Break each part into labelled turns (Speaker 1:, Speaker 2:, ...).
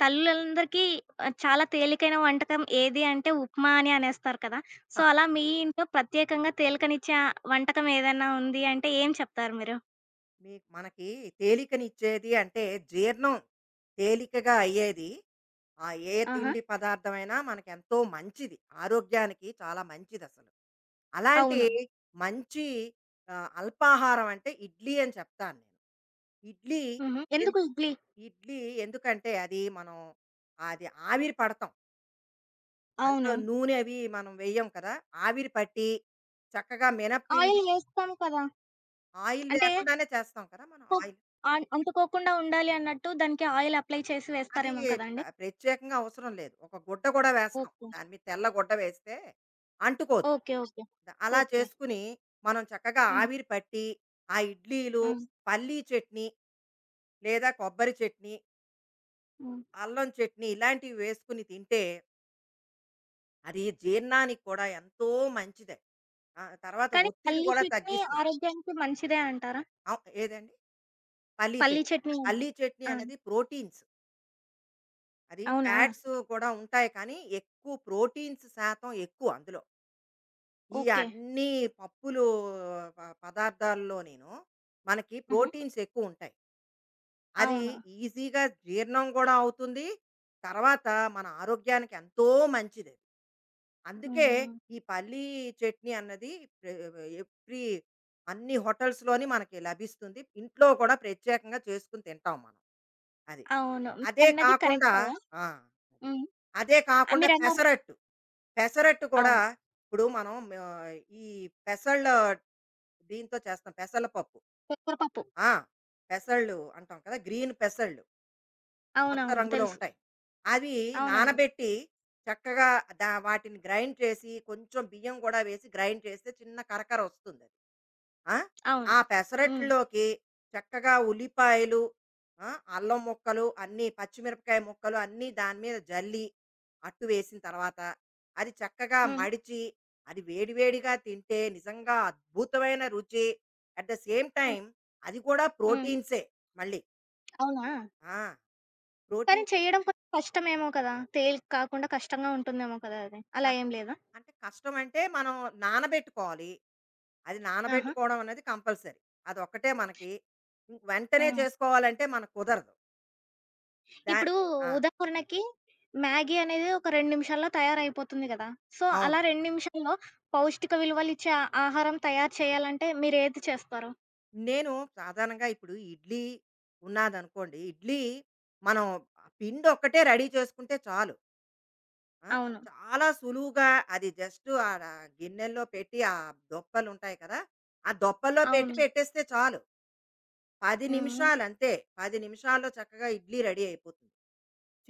Speaker 1: తల్లులందరికీ చాలా తేలికైన వంటకం ఏది అంటే ఉప్మా అని అనేస్తారు కదా! సో, అలా మీ ఇంట్లో ప్రత్యేకంగా తేలికనిచ్చే వంటకం ఏదైనా ఉంది అంటే ఏం చెప్తారు మీరు?
Speaker 2: మనకి తేలికనిచ్చేది అంటే జీర్ణం తేలికగా అయ్యేది. ఆ ఏ
Speaker 1: ఆహా!
Speaker 2: తిండి పదార్థమైనా మనకెంతో మంచిది. ఆరోగ్యానికి చాలా మంచిదసలు. అలాంటి
Speaker 1: అవును.
Speaker 2: మంచి అల్పాహారం అంటే ఇడ్లీ అని చెప్తాను నేను. ఇడ్లీ
Speaker 1: హుహు. ఎందుకు
Speaker 2: ఎందు
Speaker 1: ఇడ్లీ?
Speaker 2: ఇడ్లీ ఎందుకంటే అది ఆవిరి పడతాం. అందులో
Speaker 1: అవును.
Speaker 2: నూనె అవి మనం వెయ్యం కదా! ఆవిరి పట్టి చక్కగా
Speaker 1: ఆయిల్
Speaker 2: మినపపిండి
Speaker 1: వేస్తాం కదా!
Speaker 2: ఆయిల్
Speaker 1: అంటే
Speaker 2: లేకుండానే చేస్తాం కదా! మనం
Speaker 1: కుక్
Speaker 2: ఆయిల్
Speaker 1: అన్ అంటుకోకుండా ఉండాలి అన్నట్టు దానికి ఆయిల్ అప్లై చేసి
Speaker 2: అది
Speaker 1: వేస్తారేమో కదండీ!
Speaker 2: ప్రత్యేకంగా అవసరం లేదు. ఒక గుడ్డ కూడా వేస్తాం.
Speaker 1: ఓకే.
Speaker 2: దాని మీద తెల్ల గుడ్డ వేస్తే అంటుకోదు.
Speaker 1: ఓకే. ఓకే.
Speaker 2: అలా
Speaker 1: ఓకే.
Speaker 2: చేసుకుని మనం చక్కగా
Speaker 1: హ్మ్.
Speaker 2: ఆవిరి పట్టి, ఆ ఇడ్లీలు,
Speaker 1: హ్మ్.
Speaker 2: పల్లీ చట్నీ లేదా కొబ్బరి చట్నీ,
Speaker 1: హ్మ్.
Speaker 2: అల్లం చట్నీ ఇలాంటివి వేసుకుని తింటే అది జీర్ణానికి కూడా ఎంతో మంచిది. ఆ తర్వాత
Speaker 1: కానీ
Speaker 2: ఒత్తిడి
Speaker 1: పల్లీ
Speaker 2: కూడా
Speaker 1: చట్నీ
Speaker 2: తగ్గిస్తుంది.
Speaker 1: ఆరోగ్యానికి మంచిదే అంటారా?
Speaker 2: ఏదండి? పల్లీ
Speaker 1: పల్లీ
Speaker 2: చట్నీ.
Speaker 1: చట్నీ అంటే.
Speaker 2: పల్లీ చట్నీ
Speaker 1: ఆ!
Speaker 2: అనేది ప్రోటీన్స్. అది
Speaker 1: అవునా?
Speaker 2: ఫ్యాట్స్ కూడా ఉంటాయి, కానీ ఎక్కువ ప్రోటీన్స్ శాతం ఎక్కువ అందులో. ఈ
Speaker 1: ఓకే.
Speaker 2: అన్ని పప్పులు పదార్థాల్లో మనకి
Speaker 1: హుహు.
Speaker 2: ప్రోటీన్స్ ఎక్కువుంటాయి. అది
Speaker 1: అవును.
Speaker 2: ఈజీగా జీర్ణం గూడా అవుతుంది. తర్వాత మన ఆరోగ్యానికి ఎంతో మంచిదది. అందుకే
Speaker 1: హ్మ్.
Speaker 2: ఈ పల్లీ చట్నీ అన్నది ప్రె ఎవ్రీ అన్ని హోటల్స్‌లోని మనకి లభిస్తుంది. ఇంట్లో కూడా ప్రత్యేకంగా చేసుకొని తింటాం మనం. అది.
Speaker 1: అవును.
Speaker 2: అదే
Speaker 1: మీరన్నది
Speaker 2: కాకుండా
Speaker 1: కరెక్టే.
Speaker 2: ఆ! అదే.
Speaker 1: హ్మ్.
Speaker 2: అదే
Speaker 1: ఆ!
Speaker 2: కాకుండా
Speaker 1: మీరన్నారు
Speaker 2: పెసరట్టు. పెసరట్టు కూడా
Speaker 1: అవును.
Speaker 2: ఇప్పుడు మనం ఆ, ఈ పెసళ్ళ దీంతో చేస్తాం పెసళ్ళ పప్పు.
Speaker 1: పెసరపప్పు.
Speaker 2: ఆ, పెసళ్ళు అంటాం కదా, గ్రీన్ పెసళ్ళు కొత్త
Speaker 1: అవునవును.
Speaker 2: రంగులో
Speaker 1: తెలుసు.
Speaker 2: ఉంటాయి. అవి
Speaker 1: అవునండి.
Speaker 2: నానబెట్టి చక్కగా వాటిని గ్రైండ్ చేసి, కొంచెం బియ్యం గూడా వేసి గ్రైండ్ చేస్తే చిన్న కరకర వస్తుందది. ఆ!
Speaker 1: అవును.
Speaker 2: ఆ
Speaker 1: హ్మ్.
Speaker 2: పెసరట్లోకి చక్కగా ఉల్లిపాయలు, ఆ! అల్లం ముక్కలు అన్నీ, పచ్చిమిరపకాయ ముక్కలు అన్నీ దాని మీద జల్లి, అట్టు వేసిన తర్వాత అది చక్కగా
Speaker 1: హ్మ్.
Speaker 2: మడిచి, అది వేడి వేడిగా తింటే నిజంగా అద్భుతమైన రుచి. At the same
Speaker 1: hmm.
Speaker 2: Time అది కూడా
Speaker 1: హ్మ్.
Speaker 2: ప్రోటీన్సే మళ్ళీ.
Speaker 1: అవునా?
Speaker 2: ఆ!
Speaker 1: కానీ
Speaker 2: ప్రోటీన్.
Speaker 1: చేయడం కొంచెం కష్టమేమో కదా! తేలిక కాకుండా కష్టంగా ఉంటుందేమో కదా అది.
Speaker 2: ఆ!
Speaker 1: అలా ఏం లేదా?
Speaker 2: అంటే కష్టమంటే మనం నానబెట్టుకోవాలి. అది
Speaker 1: ఆహా!
Speaker 2: నానబెట్టుకోవడం అనేది కంపల్సరీ. అదొక్కటే మనకి. ఇంక
Speaker 1: ఆ!
Speaker 2: వెంటనే చేసుకోవాలంటే మనకు కుదరదు. దా
Speaker 1: ఇప్పుడు
Speaker 2: ఆ!
Speaker 1: ఉదాహరణకి మ్యాగీ అనేది ఒక 2 నిమిషాల్లో తయారైపోతుంది కదా! సో,
Speaker 2: అవును.
Speaker 1: అలా 2 నిమిషాల్లో పౌష్టిక విలువలిచ్చే ఆహారం తయారు చేయాలంటే మీరేది చేస్తారు?
Speaker 2: నేను సాధారణంగా ఇప్పుడు ఉన్నాదనుకోండి, ఇడ్లీ మనం ఆ పిండొక్కటే రెడీ చేసుకుంటే చాలు. ఆ!
Speaker 1: అవును.
Speaker 2: చాలా సులువుగా అది జస్ట్ ఆడ గిన్నెల్లో పెట్టి, దొప్పలుంటాయి కదా! ఆ దొప్పల్లో పెట్టి
Speaker 1: అవును.
Speaker 2: పెట్టేస్తే చాలు. 10
Speaker 1: హ్మ్.
Speaker 2: నిమిషాలు అంతే. 10 నిమిషాల్లో చక్కగా ఇడ్లీ రెడీ అయిపోతుంది.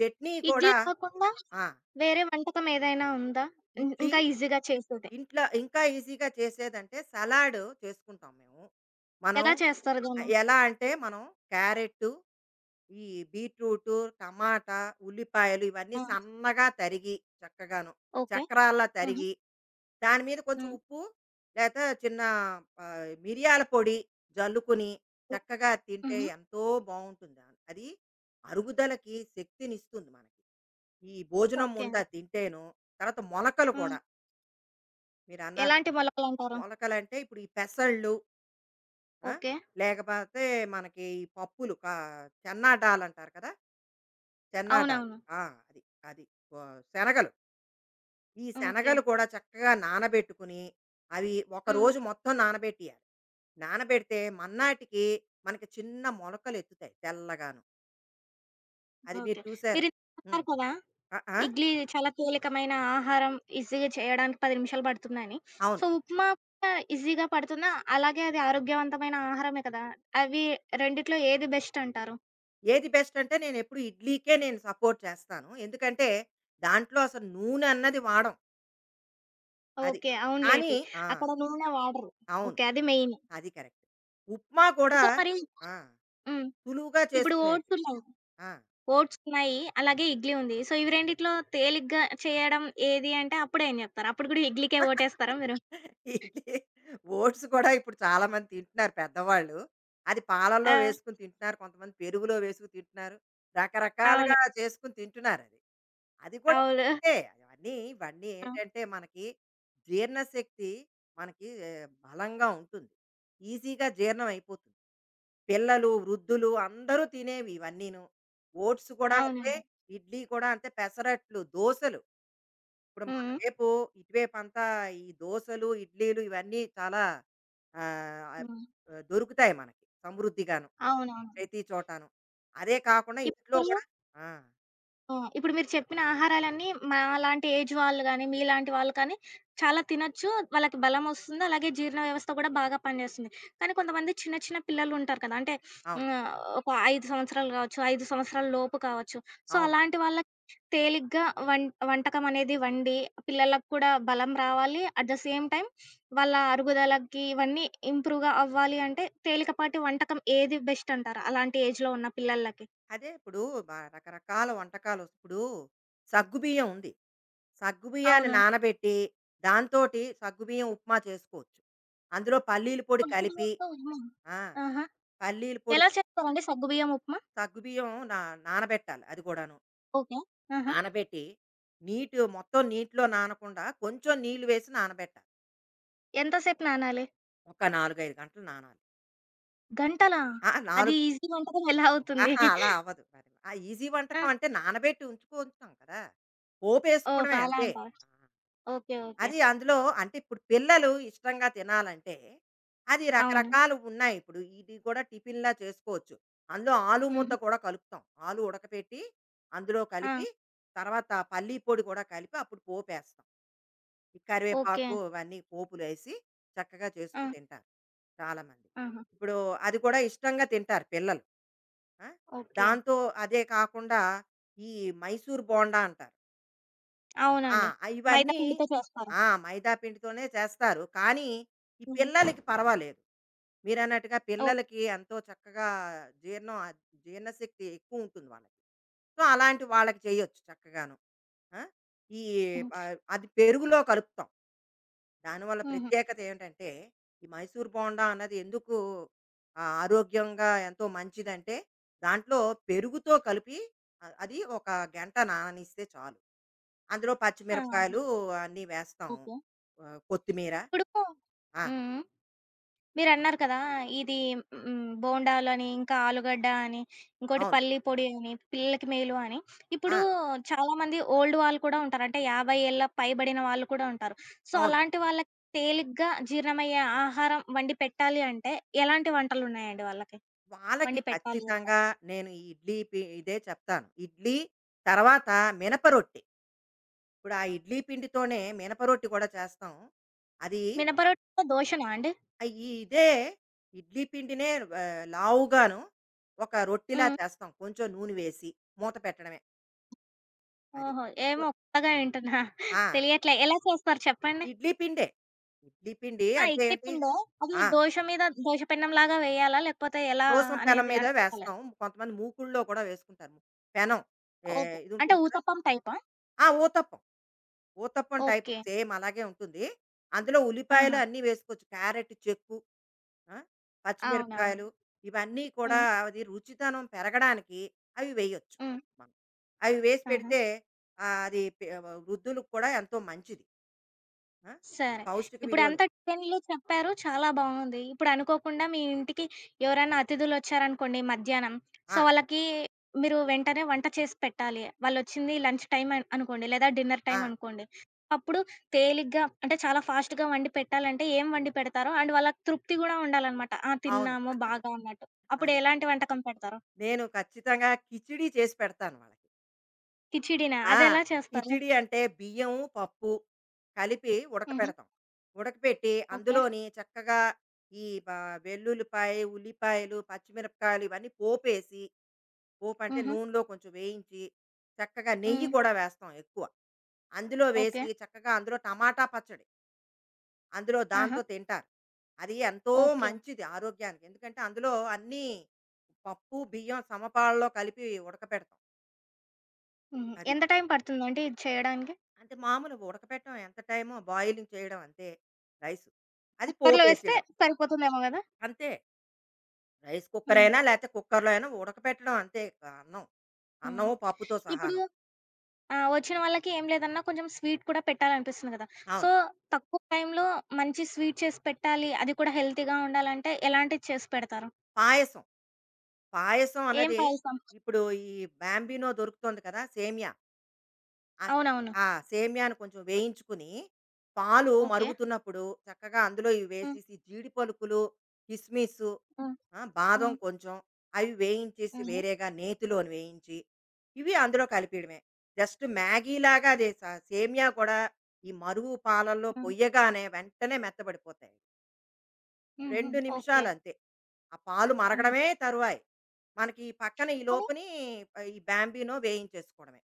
Speaker 2: చట్నీ
Speaker 1: ఇడ్లీ
Speaker 2: కూడా.
Speaker 1: కాకుండా
Speaker 2: ఆ!
Speaker 1: వేరే వంటకం ఏదైనా ఉందా? ఇం
Speaker 2: ఇడ్లీ
Speaker 1: ఇంకా ఈజీగా చేసేది.
Speaker 2: ఇంట్లో ఇంకా ఈజీగా చేసేదంటే సలాడ్ చేసుకుంటాం మేము. మనం
Speaker 1: ఎలా చేస్తారు దాన్ని?
Speaker 2: ఎలా అంటే మనం క్యారెట్టు, ఈ బీట్రూటు, టమాటా, ఉల్లిపాయలు ఇవన్నీ
Speaker 1: ఆ!
Speaker 2: సన్నగా తరిగి చక్కగాను,
Speaker 1: ఓకే.
Speaker 2: చక్రాల్లా
Speaker 1: హుహు.
Speaker 2: తరిగి, దాని మీద కొంచెం
Speaker 1: హ్మ్.
Speaker 2: ఉప్పు లేతే చిన్న మిరియాల పొడి జల్లుకుని
Speaker 1: ఓ
Speaker 2: చక్కగా తింటే
Speaker 1: హుహు.
Speaker 2: ఎంతో బావుంటుంది. అది అరుగుదలకి శక్తినిస్తుంది మనకి. ఈ భోజనం
Speaker 1: ఓకే
Speaker 2: ముందా
Speaker 1: అండి.
Speaker 2: తింటేను, తర్వాత మొలకలు
Speaker 1: హ్మ్.
Speaker 2: కూడా మీరన్నారు.
Speaker 1: ఎలాంటి మొలకలంటారు?
Speaker 2: మొలకలంటే ఇప్పుడు ఈ పెసళ్ళు, ఆ!
Speaker 1: ఓకే.
Speaker 2: లేకపోతే మనకి ఈ పప్పులు చెన్నాడాలంటారు కదా! చెన్నాడాలు.
Speaker 1: అవునవును.
Speaker 2: ఆ! అది. అది. వా శనగలు. ఈ
Speaker 1: ఓకే.
Speaker 2: శనగలు కూడా చక్కగా నానబెట్టుకుని, అవి ఒక
Speaker 1: హ్మ్.
Speaker 2: రోజు మొత్తం నానబెట్టియాలి. నానబెడితే మన్నాటికి మనకి చిన్న మొలకలెత్తుతాయి తెల్లగాను. అది మీరు
Speaker 1: ఓకే.
Speaker 2: చూసారా?
Speaker 1: మీరిందాక
Speaker 2: హ్మ్.
Speaker 1: అన్నారు కదా!
Speaker 2: ఆ! ఆ!
Speaker 1: ఇడ్లీ చాలా తేలికమైన ఆహారం ఈజీగా చేయడానికి 10 నిమిషాలు పడుతుందని.
Speaker 2: అవును.
Speaker 1: సో, ఉప్మా కూడా ఈజీగా పడుతుందా? అలాగే అది ఆరోగ్యవంతమైన ఆహారమే కదా! అవి రెండిట్లో ఏది బెస్ట్ అంటారు?
Speaker 2: ఏది బెస్ట్ అంటే నేనెప్పుడు ఇడ్లీకే నేను సపోర్ట్ చేస్తాను. ఎందుకంటే దాంట్లో అసలు నూనె అన్నది వాడం. అది.
Speaker 1: ఓకే.
Speaker 2: కానీ
Speaker 1: అవునులెండి.
Speaker 2: ఆ!
Speaker 1: అక్కడ నూనె వాడరు.
Speaker 2: అవును.
Speaker 1: ఓకే. అది మెయిన్.
Speaker 2: అది కరెక్ట్. ఉప్మా కూడా
Speaker 1: సో, మరి
Speaker 2: ఆ!
Speaker 1: హ్మ్.
Speaker 2: సులువుగా
Speaker 1: ఇప్పుడు
Speaker 2: చేసుకునేది.
Speaker 1: ఓట్స్ ఉన్నాయి.
Speaker 2: ఆ!
Speaker 1: ఓట్స్ ఉన్నాయి. అలాగే ఇడ్లీ ఉంది. సో, ఇవి రెండిట్లో తేలిగ్గా చేయడం ఏది అంటే అప్పుడేం జెప్తారు? అప్పుడు గూడా ఇడ్లీకే ఓటేస్తారా మీరు?
Speaker 2: ఇడ్లీ, ఓట్స్ కూడా ఇప్పుడు చాలా మంది తింటున్నారు పెద్దవాళ్ళు. అది పాలల్లో
Speaker 1: ఆ!
Speaker 2: వేసుకొని తింటున్నారు. కొంతమంది పెరుగులో వేసుకొని తింటున్నారు.
Speaker 1: అవును.
Speaker 2: రకరకాలుగా చేసుకొని తింటున్నారది. అది అది కూడా
Speaker 1: అవును.
Speaker 2: మంచిదే. అవన్నీ ఇవన్నీ
Speaker 1: ఆ!
Speaker 2: ఏంటంటే మనకి జీర్ణశక్తి మనకి బలంగా ఉంటుంది. ఈజీగా జీర్ణం అయిపోతుంది. పిల్లలు, వృద్ధులు అందరూ తినేవి ఇవన్నీను. ఓట్స్ కూడా అంతే,
Speaker 1: అవునండి.
Speaker 2: ఇడ్లీ కూడా అంతే, పెసరట్లు, దోసలు ఇప్పుడు మన
Speaker 1: హ్మ్.
Speaker 2: వైపు ఇటువైపంతా ఈ దోసలు, ఇడ్లీలు ఇవన్నీ చాలా ఆహ్,
Speaker 1: హ్మ్.
Speaker 2: ఆహ్, దొరుకుతాయి మనకి సమృద్ధిగాను
Speaker 1: అవునవును.
Speaker 2: ప్రతి చోటాను. అదే కాకుండా ఇంట్లో
Speaker 1: ఇప్పుడు
Speaker 2: గూడా ఆ!
Speaker 1: ఆ! ఇప్పుడు మీరు చెప్పిన ఆహారాలన్నీ మాలాంటి ఏజ్ వాళ్ళు గానీ, మీలాంటి వాళ్ళు కానీ చాలా తినొచ్చు. వాళ్ళకి బలమొస్తుంది. అలాగే జీర్ణ వ్యవస్థ గూడా బాగా పనిజేస్తుంది. కానీ కొంతమంది చిన్న చిన్న పిల్లలుంటారు కదా! అంటే
Speaker 2: అవును.
Speaker 1: హ్మ్. ఒక 5 సంవత్సరాలు గావచ్చు, 5 సంవత్సరాల లోపు కావచ్చు. సో,
Speaker 2: అవును.
Speaker 1: అలాంటి వాళ్ళకి తేలిగ్గా వం వంటకం అనేది వండి పిల్లలకు కూడా బలం రావాలి. అట్ ద సేమ్ టైమ్ వాళ్ళ అరుగుదలకి ఇవన్నీ ఇంప్రూవ్‌గా అవ్వాలి అంటే తేలికపాటి వంటకం ఏది బెస్ట్ అంటారు? అలాంటి ఏజ్‌లో ఉన్న పిల్లలకి?
Speaker 2: అదే ఇప్పుడు రకరకాల వంటకాలు ఇప్పుడు సగ్గుబియ్యం ఉంది. సగ్గుబియ్యాన్ని
Speaker 1: అవును.
Speaker 2: నానబెట్టి దాంతోటి సగ్గుబియ్యం ఉప్మా చేసుకోవచ్చు. అందులో పల్లీల పొడి
Speaker 1: సగ్గు
Speaker 2: కలిపి
Speaker 1: బియ్యంతో ఉప్మా.
Speaker 2: ఆ!
Speaker 1: ఆహా!
Speaker 2: పల్లీల పొడి.
Speaker 1: ఎలా చేస్తారండి సగ్గుబియ్యం ఉప్మా?
Speaker 2: సగ్గుబియ్యం నా నానబెట్టాలి అది గూడాను.
Speaker 1: ఓకే. ఆహా!
Speaker 2: నానబెట్టి, నీటిలో నానకుండా కొంచెం నీళ్ళు వేసి నానబెట్టాలి.
Speaker 1: ఎంతసేపు నానాలి?
Speaker 2: ఒక 4, 5 గంటలు నానాలి.
Speaker 1: గంటలా?
Speaker 2: ఆ!
Speaker 1: అది
Speaker 2: 4
Speaker 1: ఈజీ వంటకం ఎలా అవుతుంది?
Speaker 2: అహా! అలా అవ్వదు మరి. ఆ ఈజీ
Speaker 1: ఆ!
Speaker 2: వంటకం అంటే నానబెట్టి ఉంచుకుంటాం కదా!
Speaker 1: ఓహో!
Speaker 2: పోపేసుకోవడమే
Speaker 1: అలా
Speaker 2: అంతే.
Speaker 1: అంటారా? ఓకే. ఓకే.
Speaker 2: అది అందులో అంటే ఇప్పుడు పిల్లలు ఇష్టంగా తినాలంటే, అది
Speaker 1: అవును.
Speaker 2: రకరకాలు ఉన్నాయి. ఇప్పుడు ఇది కూడా టిఫిన్‌లా చేసుకోవచ్చు. అందులో ఆలు ముద్ద
Speaker 1: హుహు.
Speaker 2: కూడా కలుపుతాం. ఆలు ఉడకపెట్టి, అందులో
Speaker 1: ఆ!
Speaker 2: కలిపి, తర్వాత పల్లీ పొడి కూడా కలిపి అప్పుడు పోపేస్తాం. ఈ
Speaker 1: ఓకే.
Speaker 2: కరివేపాకు అవన్నీ పోపులేసి చక్కగా
Speaker 1: ఆ!
Speaker 2: చేసుకొని తింటారు చాలామంది.
Speaker 1: ఆహా!
Speaker 2: ఇప్పుడు అది కూడా ఇష్టంగా తింటారు పిల్లలు. ఆ!
Speaker 1: ఓకే.
Speaker 2: దాంతో అదే కాకుండా ఈ మైసూర్ బోండా అంటారు. ఆ!
Speaker 1: అవునండి. మైదా
Speaker 2: ఇవన్నీ
Speaker 1: పిండితో చేస్తారా?
Speaker 2: ఆ! మైదా పిండితోనే చేస్తారు. కానీ, ఈ
Speaker 1: హుహు.
Speaker 2: పిల్లలకి పర్వాలేదు. మీరన్నట్టుగా
Speaker 1: ఓకే.
Speaker 2: పిల్లలకి ఎంతో చక్కగా జీర్ణం అద్ జీర్ణశక్తి ఎక్కువుంటుంది వాళ్ళకి. సో, అలాంటి వాళ్ళకి చేయొచ్చు చక్కగాను. ఆ! ఈ
Speaker 1: హుహు.
Speaker 2: అది పెరుగులో కలుపుతాం. దానివల్ల
Speaker 1: హుహు.
Speaker 2: ప్రత్యేకత ఏమిటంటే, ఈ మైసూర్ బోండా అన్నది ఎందుకు ఆరోగ్యంగా ఎంతో మంచిదంటే, దాంట్లో పెరుగుతో కలిపి అది ఒక గంట నాననిస్తే చాలు. అందులో
Speaker 1: ఆ!
Speaker 2: పచ్చిమిరపకాయలు అన్నీ వేస్తాం.
Speaker 1: ఓకే.
Speaker 2: కొత్తిమీర.
Speaker 1: ఇప్పుడు హ్మ్.
Speaker 2: ఆ!
Speaker 1: హ్మ్. మీరన్నారు కదా! ఇది హ్మ్. బోండాలని, ఇంకా ఆలుగడ్డ అని, ఇంకోటి
Speaker 2: అవును.
Speaker 1: పల్లి పొడి అని, పిల్లలకి మేలు అని.
Speaker 2: ఆ!
Speaker 1: ఇప్పుడు చాలామంది ఓల్డ్ వాళ్ళు కూడా ఉంటారు. అంటే 50 ఏళ్ల పైబడిన వాళ్ళు కూడా ఉంటారు. సో,
Speaker 2: అవును.
Speaker 1: అలాంటి వాళ్ళకి తేలిగ్గా జీర్ణమయ్యే ఆహారం వండి పెట్టాలి అంటే, ఎలాంటి వంటలున్నాయండి వాళ్ళకి?
Speaker 2: వాళ్ళకి
Speaker 1: వండి పెట్టాలి అంటే?
Speaker 2: ఖచ్చితంగా నేను ఈ ఇడ్లీ పి ఇదే చెప్తాను. ఇడ్లీ తర్వాత మినప రొట్టె. ఇప్పుడు ఆ ఇడ్లీ పిండితోనే మినప రొట్టె కూడా చేస్తాం. అది
Speaker 1: మినప
Speaker 2: ఆహ్,
Speaker 1: రొట్టెతో దోషనా అండి?
Speaker 2: ఇదే ఇడ్లీ పిండినే లావుగాను ఒక రొట్టెలా
Speaker 1: హ్మ్.
Speaker 2: చేస్తాం. కొంచెం నూనె వేసి మూత పెట్టడమే అది.
Speaker 1: ఓహో! ఏమో కొత్తగా వింటున్నా.
Speaker 2: ఆ!
Speaker 1: తెలియట్లే. ఎలా చేస్తారు చెప్పండి?
Speaker 2: ఇడ్లీ పిండే. ఇడ్లీ పిండి
Speaker 1: ఆ!
Speaker 2: అంటే
Speaker 1: ఇడ్లీ
Speaker 2: ఏంటి?
Speaker 1: పిండే అది
Speaker 2: ఆ!
Speaker 1: దోష మీద దోష పెన్నంలాగా వేయాలా? లేకపోతే ఎలా
Speaker 2: దోసమ పెనం
Speaker 1: అనేది
Speaker 2: మీద
Speaker 1: అర్థం కాలే.
Speaker 2: వేస్తాం. కొంతమంది మూకుడులో కూడా వేసుకుంటారు. పెనం ఏ
Speaker 1: ఓహో!
Speaker 2: ఇది
Speaker 1: అంటే
Speaker 2: ఉంటుంది కదా!
Speaker 1: ఊతప్పం టైపా?
Speaker 2: ఆ! Uttapam. Uttapam type
Speaker 1: okay.
Speaker 2: Same అలాగే ఉంటుంది. అందులో ఉల్లిపాయలు
Speaker 1: ఆహా!
Speaker 2: అన్నీ వేసుకోవచ్చు. క్యారెట్ చెక్కు, ఆ!
Speaker 1: అవునవును.
Speaker 2: పచ్చిమిరపకాయలు ఇవన్నీ కూడా
Speaker 1: హ్మ్.
Speaker 2: అది రుచితనం పెరగడానికి అవి వేయొచ్చు
Speaker 1: హ్మ్.
Speaker 2: మనం. అవి వేసి
Speaker 1: ఆహా!
Speaker 2: పెడితే ఆహ్, అది పె వృద్ధులకు కూడా ఎంతో మంచిది. ఆ!
Speaker 1: సరే.
Speaker 2: పౌష్టిక విలువలు.
Speaker 1: ఇప్పుడంతా టిఫిన్‌లు చెప్పారు చాలా బావుంది. ఇప్పుడు అనుకోకుండా మీ ఇంటికి ఎవరైనా అతిథులొచ్చారనుకోండి మధ్యాహ్నం, సో,
Speaker 2: ఆ!
Speaker 1: వాళ్ళకి మీరు వెంటనే వంట చేసి పెట్టాలి. వాళ్ళొచ్చింది లంచ్ టైమ్ అనుకోండి లేదా డిన్నర్
Speaker 2: ఆ!
Speaker 1: టైమ్ అనుకోండి. అప్పుడు తేలిగ్గా అంటే చాలా ఫాస్ట్‌గా వండి పెట్టాలంటే ఏం వండి పెడతారో? అండ్ వాళ్ళకి తృప్తి గూడా ఉండాలనమాట. ఆ!
Speaker 2: అవును.
Speaker 1: తిన్నాము బాగా అన్నట్టు. అప్పుడు
Speaker 2: అది.
Speaker 1: ఎలాంటి వంటకం పెడతారు?
Speaker 2: నేను ఖచ్చితంగా కిచిడీ చేసి పెడతాను వాళ్ళకి.
Speaker 1: కిచిడీనా?
Speaker 2: ఆ!
Speaker 1: అదెలా చేస్తారు?
Speaker 2: కిచిడి అంటే బియ్యం, పప్పు కలిపి
Speaker 1: హ్మ్.
Speaker 2: ఉడకపెడతాం. ఉడకపెట్టి
Speaker 1: ఓకే.
Speaker 2: అందులోని చక్కగా ఈ బ వెల్లుల్లిపాయ, ఉల్లిపాయలు, పచ్చిమిరపకాయలు ఇవన్నీ పోపేసి, పోపంటే
Speaker 1: హుహు.
Speaker 2: నూనెలో కొంచెం వేయించి చక్కగా నెయ్యి
Speaker 1: హ్మ్.
Speaker 2: కూడా వేస్తాం ఎక్కువ. అందులో
Speaker 1: ఓకే.
Speaker 2: వేసి చక్కగా అందులో టమాటా పచ్చడి అందులో
Speaker 1: ఆహా!
Speaker 2: దాంతో తింటారు. అది ఎంతో
Speaker 1: ఓకే.
Speaker 2: మంచిది ఆరోగ్యానికి. ఎందుకంటే అందులో అన్నీ పప్పు, బియ్యం సమపాలలో కలిపి ఉడకపెడతాం.
Speaker 1: హుహు.
Speaker 2: అది.
Speaker 1: ఎంత టైం పడుతుందండి ఇది చేయడానికి?
Speaker 2: అంటే మామూలు ఉడకపెట్టడం ఎంత టైమో బాయిలింగ్ చేయడం అంతే రైస్. అది
Speaker 1: కుక్కర్‌లో వేస్తే
Speaker 2: పోపేసేయడం
Speaker 1: సరిపోతుందేమో గదా!
Speaker 2: అంతే. రైస్ కుక్కర్
Speaker 1: హ్మ్.
Speaker 2: అయినా లేతే కుక్కర్‌లో అయినా ఉడకపెట్టడం అంతే అన్నం.
Speaker 1: హ్మ్.
Speaker 2: అన్నము, పప్పుతో
Speaker 1: ఇప్పుడు
Speaker 2: సహాను.
Speaker 1: వచ్చిన వాళ్ళకి ఏం లేదన్నా కొంచెం స్వీట్ కూడా పెట్టాలనిపిస్తుంది గదా!
Speaker 2: అవును.
Speaker 1: సో, తక్కువ టైంలో మంచి స్వీట్ చేసి పెట్టాలి. అది కూడా హెల్తీగా ఉండాలంటే ఎలాంటిది చేసి పెడతారు?
Speaker 2: పాయసం. పాయసం
Speaker 1: ఏం
Speaker 2: అన్నది
Speaker 1: పాయసం?
Speaker 2: ఇప్పుడు ఈ బాంబినో దొరుకుతోంది కదా! సేమియా. ఆ
Speaker 1: అవునవును.
Speaker 2: ఆ సేమ్యాను కొంచెం వేయించుకుని, పాలు
Speaker 1: ఓకే.
Speaker 2: మరుగుతున్నప్పుడు చక్కగా అందులో ఇవి
Speaker 1: హ్మ్.
Speaker 2: వేసేసి, జీడి పలుకులు, కిస్మిసు,
Speaker 1: హ్మ్.
Speaker 2: ఆ! బాదం
Speaker 1: హ్మ్.
Speaker 2: కొంచెం అవి వేయించేసి
Speaker 1: హుహు.
Speaker 2: వేరేగా నేతిలోని వేయించి, ఇవి అందులో కలిపేయడమే. జస్ట్ మ్యాగీలాగా అదే స సేమ్యా కూడా ఈ మరుగు పాలల్లో
Speaker 1: హ్మ్.
Speaker 2: పొయ్యగానే వెంటనే మెత్తబడిపోతాయి.
Speaker 1: హుహు.
Speaker 2: 2
Speaker 1: ఓకే.
Speaker 2: నిమిషాలు అంతే. ఆ పాలు
Speaker 1: హ్మ్.
Speaker 2: మరగడమే తరువాయి. మనకి ఈ పక్కన ఈ
Speaker 1: కానీ
Speaker 2: లోపుని ఈ బాంబినో వేయించేసుకోవడమే.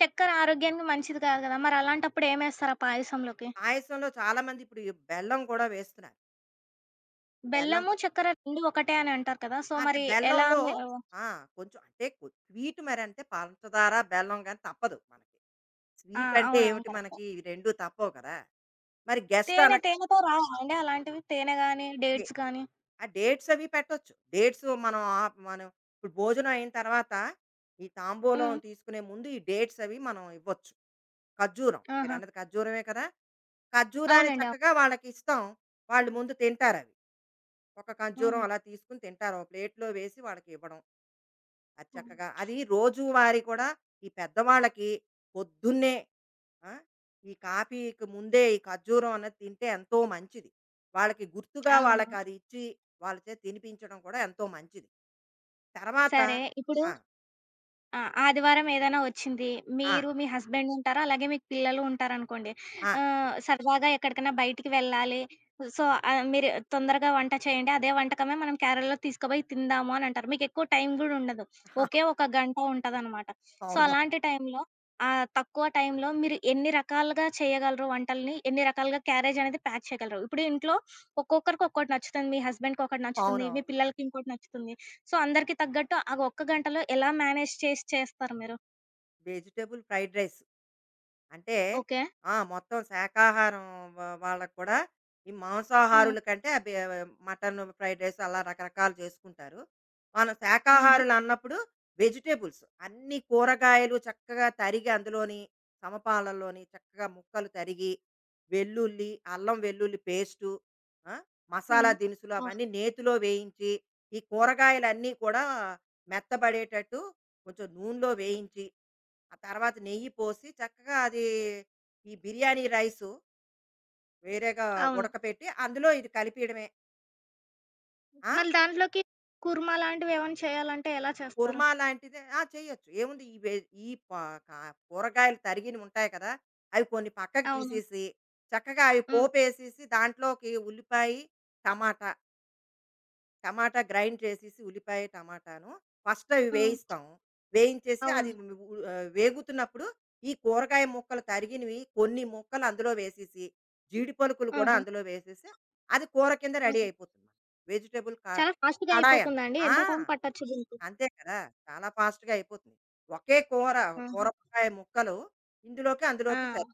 Speaker 1: చక్కెర ఆరోగ్యానికి మంచిది కాదు గదా! మరి అలాంటప్పుడు ఏమేస్తారు ఆ పాయసంలోకి?
Speaker 2: పాయసంలో చాలా మంది ఇప్పుడు ఈ బెల్లం కూడా వేస్తున్నారు. బెల్లం
Speaker 1: బెల్లము, చక్కెర 2 ఒకటే అని అంటారు కదా! సో, మరి ఎలా
Speaker 2: బెల్లంలో
Speaker 1: మీరు
Speaker 2: ఆ! కొంచెం అంటే స్వీట్ మరంటే పంచదార, బెల్లం గాని తప్పదు మనకి.
Speaker 1: ఆ!
Speaker 2: స్వీట్ అంటే
Speaker 1: అవునవును.
Speaker 2: ఏమిటి
Speaker 1: కరెక్టే.
Speaker 2: మనకి ఇవి 2 తప్పవు కదా! మరి గెస్ట్
Speaker 1: తేనె
Speaker 2: అనగా
Speaker 1: తేనెతో రావా అండి అలాంటివి? తేనె గాని,
Speaker 2: ఎ
Speaker 1: డేట్స్ గాని?
Speaker 2: ఆ డేట్స్ అవి పెట్టొచ్చు. డేట్స్ మనం ఆప్ మనం ఇప్పుడు భోజనం అయిన తర్వాత ఈ
Speaker 1: హ్మ్.
Speaker 2: తాంబూలం తీసుకునే ముందు ఈ డేట్స్ అవి మనం ఇవ్వచ్చు. ఖర్జూరం
Speaker 1: ఆహా!
Speaker 2: మీరన్నది ఖర్జూరమే కదా! ఖర్జూరాన్ని
Speaker 1: అవునండి. అవును.
Speaker 2: చక్కగా వాళ్ళకిస్తాం. వాళ్ళు ముందు తింటారవి. ఒక ఖర్జూరం
Speaker 1: హుహు.
Speaker 2: అలా తీసుకుని తింటారు. ఓ ప్లేట్‌లో వేసి వాళ్ళకి ఇవ్వడం. అది
Speaker 1: హ్మ్.
Speaker 2: చక్కగా అది రోజువారీ కూడా ఈ పెద్దవాళ్ళకి పొద్దున్నే ఆ! ఈ కాఫీకి ముందే ఈ ఖర్జూరం అన్నది తింటే ఎంతో మంచిది. వాళ్ళకి గుర్తుగా
Speaker 1: అవును.
Speaker 2: వాళ్ళకి అది ఇచ్చి వాళ్ళ చేత తినిపించడం కూడా ఎంతో మంచిది. తర్వాత
Speaker 1: సరే ఇప్పుడు
Speaker 2: ఆ!
Speaker 1: ఆ! ఆదివారం ఏదైనా వచ్చింది.
Speaker 2: ఆ!
Speaker 1: మీరు మీ హస్బెండ్ ఉంటారు. అలాగే మీకు పిల్లలు ఉంటారనుకోండి.
Speaker 2: ఆ!
Speaker 1: సరదాగా ఎక్కడికైనా బయటికి వెళ్ళాలి. సో, మీరు తొందరగా వంట చేయండి. అదే వంటకమే మనం కేరళలో తీసుకుపోయి తిందాము అని అంటారు. మీకెక్కువ టైం గూడా ఉండదు. ఒకే ఒక గంట ఉంటదనమాట. సో,
Speaker 2: అవును.
Speaker 1: అలాంటి టైంలో ఆ తక్కువ టైంలో మీరు ఎన్ని రకాలుగా చేయగలరు వంటల్ని? ఎన్ని రకాలుగా క్యారేజ్ అనేది ప్యాక్ చేయగలరు? ఇప్పుడు ఇంట్లో ఒక్కొక్కరికి ఒక్కోటి నచ్చుతుంది. మీ హస్బెండ్‌కి ఒకటి నచ్చుతుంది.
Speaker 2: అవునవును.
Speaker 1: మీ పిల్లలకి ఇంకోటి నచ్చుతుంది. సో, అందరికి తగ్గట్టు ఆ ఒక్క గంటలో ఎలా మేనేజ్ చేసి చేస్తారు మీరు?
Speaker 2: Vegetable fried rice. అంటే
Speaker 1: ఓకే.
Speaker 2: ఆ! మొత్తం శాకాహారం వాళ్ళకి కూడా ఈ
Speaker 1: హ్మ్.
Speaker 2: మాంసాహారుల కంటే మటను ఫ్రైడ్ రైస్ అలా రకరకాలు చేసుకుంటారు. మనం
Speaker 1: హుహు.
Speaker 2: శాకాహారులు అన్నప్పుడు వెజిటబుల్స్ అన్ని కూరగాయలు చక్కగా తరిగి అందులోని సమపాలల్లోని చక్కగా ముక్కలు తరిగి, అల్లం వెల్లుల్లి పేస్టు, ఆ! మసాలా
Speaker 1: హ్మ్.
Speaker 2: దినుసులు
Speaker 1: ఆ!
Speaker 2: అవన్నీ నేతిలో వేయించి, ఈ కూరగాయలన్నీ కూడా మెత్తబడేటట్టు కొంచెం నూనెలో వేయించి ఆ తర్వాత నెయ్యి పోసి చక్కగా అది ఈ బిర్యానీ రైసు వేరేగా
Speaker 1: అవును.
Speaker 2: ఉడకపెట్టి అందులో ఇది కలిపియడమే. ఆ!
Speaker 1: మళ్ళీ దాంట్లోకి కుర్మా లాంటివేమన్నా చేయాలంటే ఎలా చేస్తారు?
Speaker 2: కుర్మా లాంటిదే ఆ! చేయొచ్చు. ఏముంది ఈ వె ఈ పా కా కూరగాయలు తరిగినవి ఉంటాయి కదా! అవి కొన్ని పక్కకు
Speaker 1: అవును.
Speaker 2: తీసేసి, చక్కగా అవి
Speaker 1: హ్మ్.
Speaker 2: పోపేసేసి దాంట్లోకి ఉల్లిపాయి, టమాటా టమాటా గ్రైండ్ చేసేసి ఉల్లిపాయ, టమాటాను ఫస్ట్ అవి
Speaker 1: హ్మ్.
Speaker 2: వేయిస్తాం. వేయించేసి అది
Speaker 1: అవును.
Speaker 2: వు వు ఆహ్, వేగుతున్నప్పుడు ఈ కూరగాయ ముక్కలు తరిగినవి కొన్ని ముక్కలు అందులో వేసేసి, జీడి పలుకులు కూడా
Speaker 1: ఆహా!
Speaker 2: అందులో వేసేసి, అది కూర కింద రెడీ
Speaker 1: హ్మ్.
Speaker 2: అయిపోతుంది. వెజిటబుల్ క
Speaker 1: చాలా ఫాస్ట్‌గా
Speaker 2: కడాయి అంటాం.
Speaker 1: అయిపోతుందా అండి?
Speaker 2: ఆ!
Speaker 1: ఎంత టైం పట్టొచ్చు దీనికి?
Speaker 2: అంతే కదా! చాలా ఫాస్ట్‌గా అయిపోతుంది. ఒకే కూర,
Speaker 1: ఆహా!
Speaker 2: కూరగాయ ముక్కలు ఇందులోకి,
Speaker 1: ఆ!
Speaker 2: అందులోకి సరి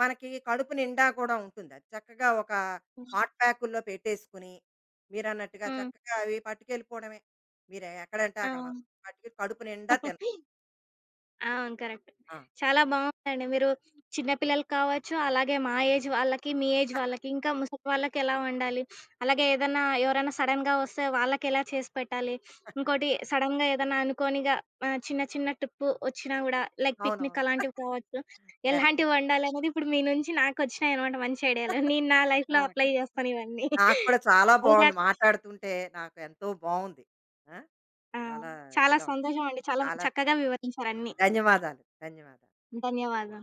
Speaker 2: మనకి కడుపు నిండా కూడా ఉంటుంది. అది చక్కగా ఒక
Speaker 1: హ్మ్.
Speaker 2: హాట్ ప్యాకుల్లో పెట్టేసుకుని, మీరన్నట్టుగా
Speaker 1: హ్మ్.
Speaker 2: చక్కగా అవి పట్టుకెళ్ళిపోవడమే. మీరు ఎక్కడంటే అక్కడ మనం
Speaker 1: అవును.
Speaker 2: పట్టుకెళ్ళి కడుపు నిండా తిన
Speaker 1: అవును. కరెక్ట్.
Speaker 2: ఆ!
Speaker 1: చాలా బావుందండి. మీరు చిన్న పిల్లలకి కావచ్చు, అలాగే మా ఏజ్ వాళ్ళకి, మీ ఏజ్ వాళ్ళకి, ఇంకా ముసలి వాళ్ళకి ఎలా వండాలి, అలాగే ఏదన్నా ఎవరైనా సడెన్‌గా వస్తే వాళ్ళకెలా చేసి పెట్టాలి, ఇంకోటి సడెన్‌గా ఏదన్నా అనుకోనిగా చిన్న చిన్న ట్రిప్పు వచ్చినా గూడా లైక్
Speaker 2: అవునవును.
Speaker 1: పిక్నిక్ అలాంటివి కావచ్చు.
Speaker 2: కరెక్టే.
Speaker 1: ఎలాంటివి వండాలనేది ఇప్పుడు మీ నుంచి నాకొచ్చినాయనమాట మంచి ఐడియాలు. నేను నా
Speaker 2: ఆ!
Speaker 1: లైఫ్‌లో అప్లై చేస్తాను ఇవన్నీ.
Speaker 2: నాకు కూడా చాలా
Speaker 1: అది
Speaker 2: బావుంది.
Speaker 1: కాక
Speaker 2: మాట్లాడుతుంటే నాకు ఎంతో బావుంది. ఆ!
Speaker 1: ఆ!
Speaker 2: చాలా
Speaker 1: చాలా
Speaker 2: ఇదిగా ఉంది.
Speaker 1: సంతోషమండి. చాలా
Speaker 2: చాలా
Speaker 1: చక్కగా వివరించారన్నీ.
Speaker 2: ధన్యవాదాలు. ధన్యవాదాలు.
Speaker 1: ధన్యవాదాలు.